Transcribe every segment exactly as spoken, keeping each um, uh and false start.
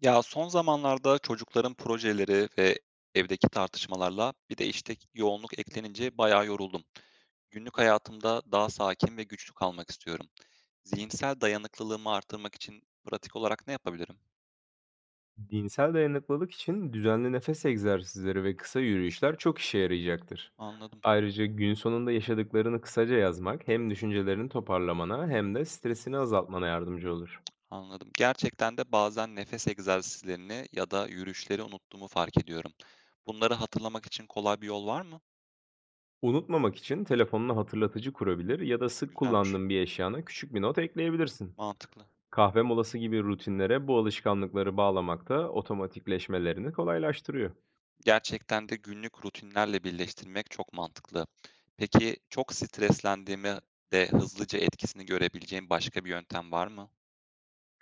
Ya, son zamanlarda çocukların projeleri ve evdeki tartışmalarla bir de, işte, yoğunluk eklenince bayağı yoruldum. Günlük hayatımda daha sakin ve güçlü kalmak istiyorum. Zihinsel dayanıklılığımı artırmak için pratik olarak ne yapabilirim? Dinsel dayanıklılık için düzenli nefes egzersizleri ve kısa yürüyüşler çok işe yarayacaktır. Anladım, Ayrıca gün sonunda yaşadıklarını kısaca yazmak hem düşüncelerini toparlamana hem de stresini azaltmana yardımcı olur. anladım. Gerçekten de bazen nefes egzersizlerini ya da yürüyüşleri unuttuğumu fark ediyorum. Bunları hatırlamak için kolay bir yol var mı? Unutmamak için telefonuna hatırlatıcı kurabilir ya da sık Güzelmiş, kullandığın bir eşyana küçük bir not ekleyebilirsin. mantıklı. Kahve molası gibi rutinlere bu alışkanlıkları bağlamak da otomatikleşmelerini kolaylaştırıyor. Gerçekten de günlük rutinlerle birleştirmek çok mantıklı. Peki çok streslendiğimi de hızlıca etkisini görebileceğim başka bir yöntem var mı?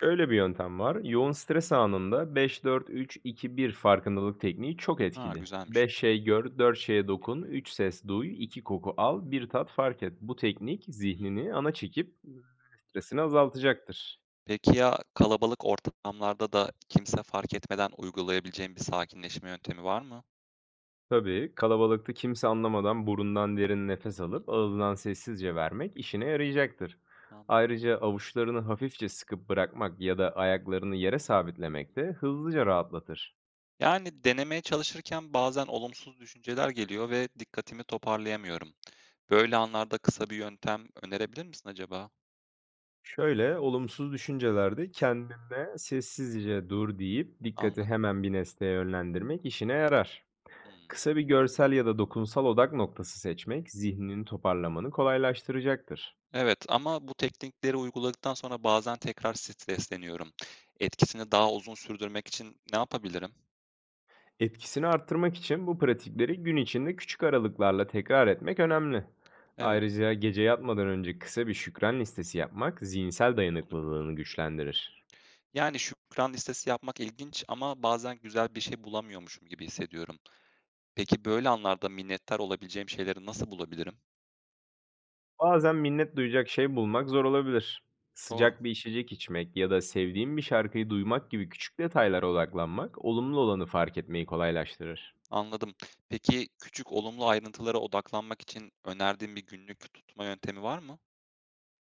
Öyle bir yöntem var. Yoğun stres anında beş dört-üç iki-bir farkındalık tekniği çok Ha, etkili. güzelmiş. Beş şey gör, dört şeye dokun, üç ses duy, iki koku al, bir tat fark et. Bu teknik Hı. zihnini ana çekip ıı, stresini azaltacaktır. Peki ya kalabalık ortamlarda da kimse fark etmeden uygulayabileceğim bir sakinleşme yöntemi var mı? Tabii kalabalıkta kimse anlamadan burundan derin nefes alıp ağızdan sessizce vermek işine yarayacaktır. Anladım. Ayrıca avuçlarını hafifçe sıkıp bırakmak ya da ayaklarını yere sabitlemek de hızlıca rahatlatır. Yani denemeye çalışırken bazen olumsuz düşünceler geliyor ve dikkatimi toparlayamıyorum. Böyle anlarda kısa bir yöntem önerebilir misin acaba? Şöyle, olumsuz düşüncelerde kendine sessizce dur deyip dikkati Anladım. hemen bir nesneye yönlendirmek işine yarar. Hmm. Kısa bir görsel ya da dokunsal odak noktası seçmek zihnini toparlamanı kolaylaştıracaktır. Evet ama bu teknikleri uyguladıktan sonra bazen tekrar stresleniyorum. Etkisini daha uzun sürdürmek için ne yapabilirim? Etkisini arttırmak için bu pratikleri gün içinde küçük aralıklarla tekrar etmek önemli. Evet, Ayrıca gece yatmadan önce kısa bir şükran listesi yapmak zihinsel onu. dayanıklılığını güçlendirir. Yani şükran listesi yapmak ilginç ama bazen güzel bir şey bulamıyormuşum gibi hissediyorum. Peki böyle anlarda minnettar olabileceğim şeyleri nasıl bulabilirim? Bazen minnet duyacak şey bulmak zor olabilir. Doğru, Sıcak bir içecek içmek ya da sevdiğim bir şarkıyı duymak gibi küçük detaylara odaklanmak, olumlu olanı fark etmeyi kolaylaştırır. anladım. Peki küçük olumlu ayrıntılara odaklanmak için önerdiğin bir günlük tutma yöntemi var mı?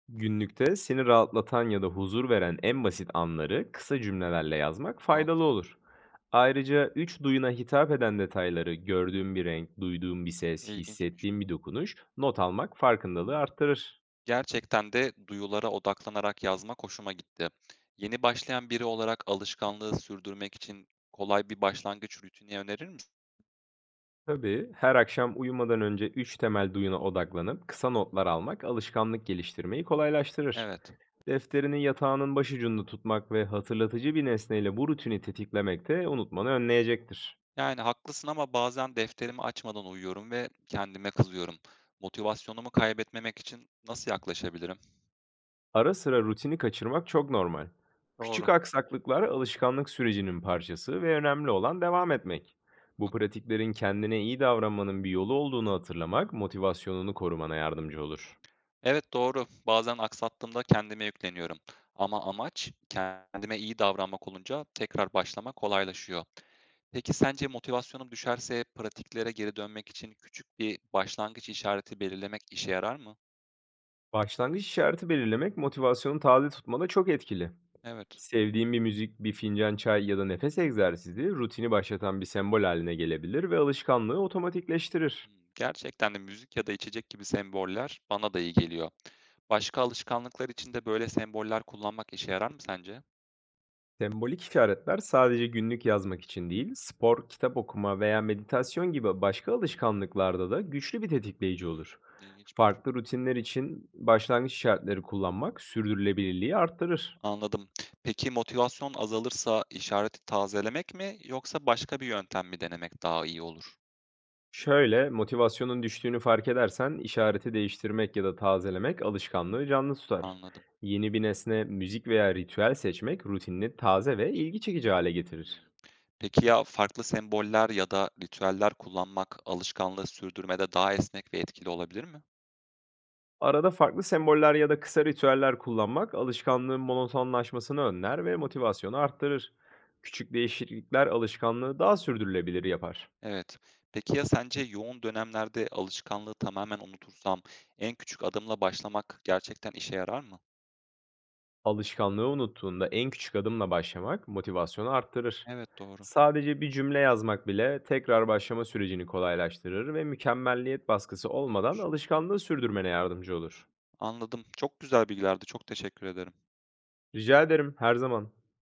Günlükte seni rahatlatan ya da huzur veren en basit anları kısa cümlelerle yazmak faydalı Mantıklı, olur. Ayrıca üç duyuna hitap eden detayları, gördüğüm bir renk, duyduğun bir ses, ilginçmiş. hissettiğim bir dokunuş, not almak farkındalığı arttırır. Gerçekten de duyulara odaklanarak yazmak hoşuma gitti. Yeni başlayan biri olarak alışkanlığı sürdürmek için kolay bir başlangıç rutini önerir misin? Tabii, her akşam uyumadan önce üç temel duyuna odaklanıp kısa notlar almak alışkanlık geliştirmeyi kolaylaştırır. Evet. Defterini yatağının başucunda tutmak ve hatırlatıcı bir nesneyle bu rutini tetiklemek de unutmanı önleyecektir. Yani haklısın ama bazen defterimi açmadan uyuyorum ve kendime kızıyorum. Motivasyonumu kaybetmemek için nasıl yaklaşabilirim? Ara sıra rutini kaçırmak çok normal. Küçük Doğru. aksaklıklar alışkanlık sürecinin parçası ve önemli olan devam etmek. Bu pratiklerin kendine iyi davranmanın bir yolu olduğunu hatırlamak motivasyonunu korumana yardımcı olur. Evet, doğru. Bazen aksattığımda kendime yükleniyorum. Ama amaç kendime iyi davranmak olunca tekrar başlamak kolaylaşıyor. Peki sence motivasyonum düşerse pratiklere geri dönmek için küçük bir başlangıç işareti belirlemek işe yarar mı? Başlangıç işareti belirlemek motivasyonu taze tutmada çok etkili. Evet. Sevdiğin bir müzik, bir fincan çay ya da nefes egzersizi rutini başlatan bir sembol haline gelebilir ve alışkanlığı otomatikleştirir. Hmm, gerçekten de müzik ya da içecek gibi semboller bana da iyi geliyor. Başka alışkanlıklar için de böyle semboller kullanmak işe yarar mı sence? Sembolik işaretler sadece günlük yazmak için değil, spor, kitap okuma veya meditasyon gibi başka alışkanlıklarda da güçlü bir tetikleyici Hmm, olur. ilginç. Farklı rutinler için başlangıç işaretleri kullanmak sürdürülebilirliği arttırır. Anladım. Peki motivasyon azalırsa işareti tazelemek mi yoksa başka bir yöntem mi denemek daha iyi olur? Şöyle, motivasyonun düştüğünü fark edersen işareti değiştirmek ya da tazelemek alışkanlığı canlı tutar. Anladım. Yeni bir nesne, müzik veya ritüel seçmek rutinini taze ve ilgi çekici hale getirir. Hımm. Peki ya farklı semboller ya da ritüeller kullanmak alışkanlığı sürdürmede daha esnek ve etkili olabilir mi? Arada farklı semboller ya da kısa ritüeller kullanmak alışkanlığın monotonlaşmasını önler ve motivasyonu arttırır. Küçük değişiklikler alışkanlığı daha sürdürülebilir yapar. Evet. Peki ya sence yoğun dönemlerde alışkanlığı tamamen unutursam en küçük adımla başlamak gerçekten işe yarar mı? Alışkanlığı unuttuğunda en küçük adımla başlamak motivasyonu arttırır. Evet, doğru. Sadece bir cümle yazmak bile tekrar başlama sürecini kolaylaştırır ve mükemmelliyet baskısı olmadan İyiymiş. alışkanlığı sürdürmene yardımcı olur. Anladım. Çok güzel bilgilerdi. Çok teşekkür ederim. Rica ederim, her zaman.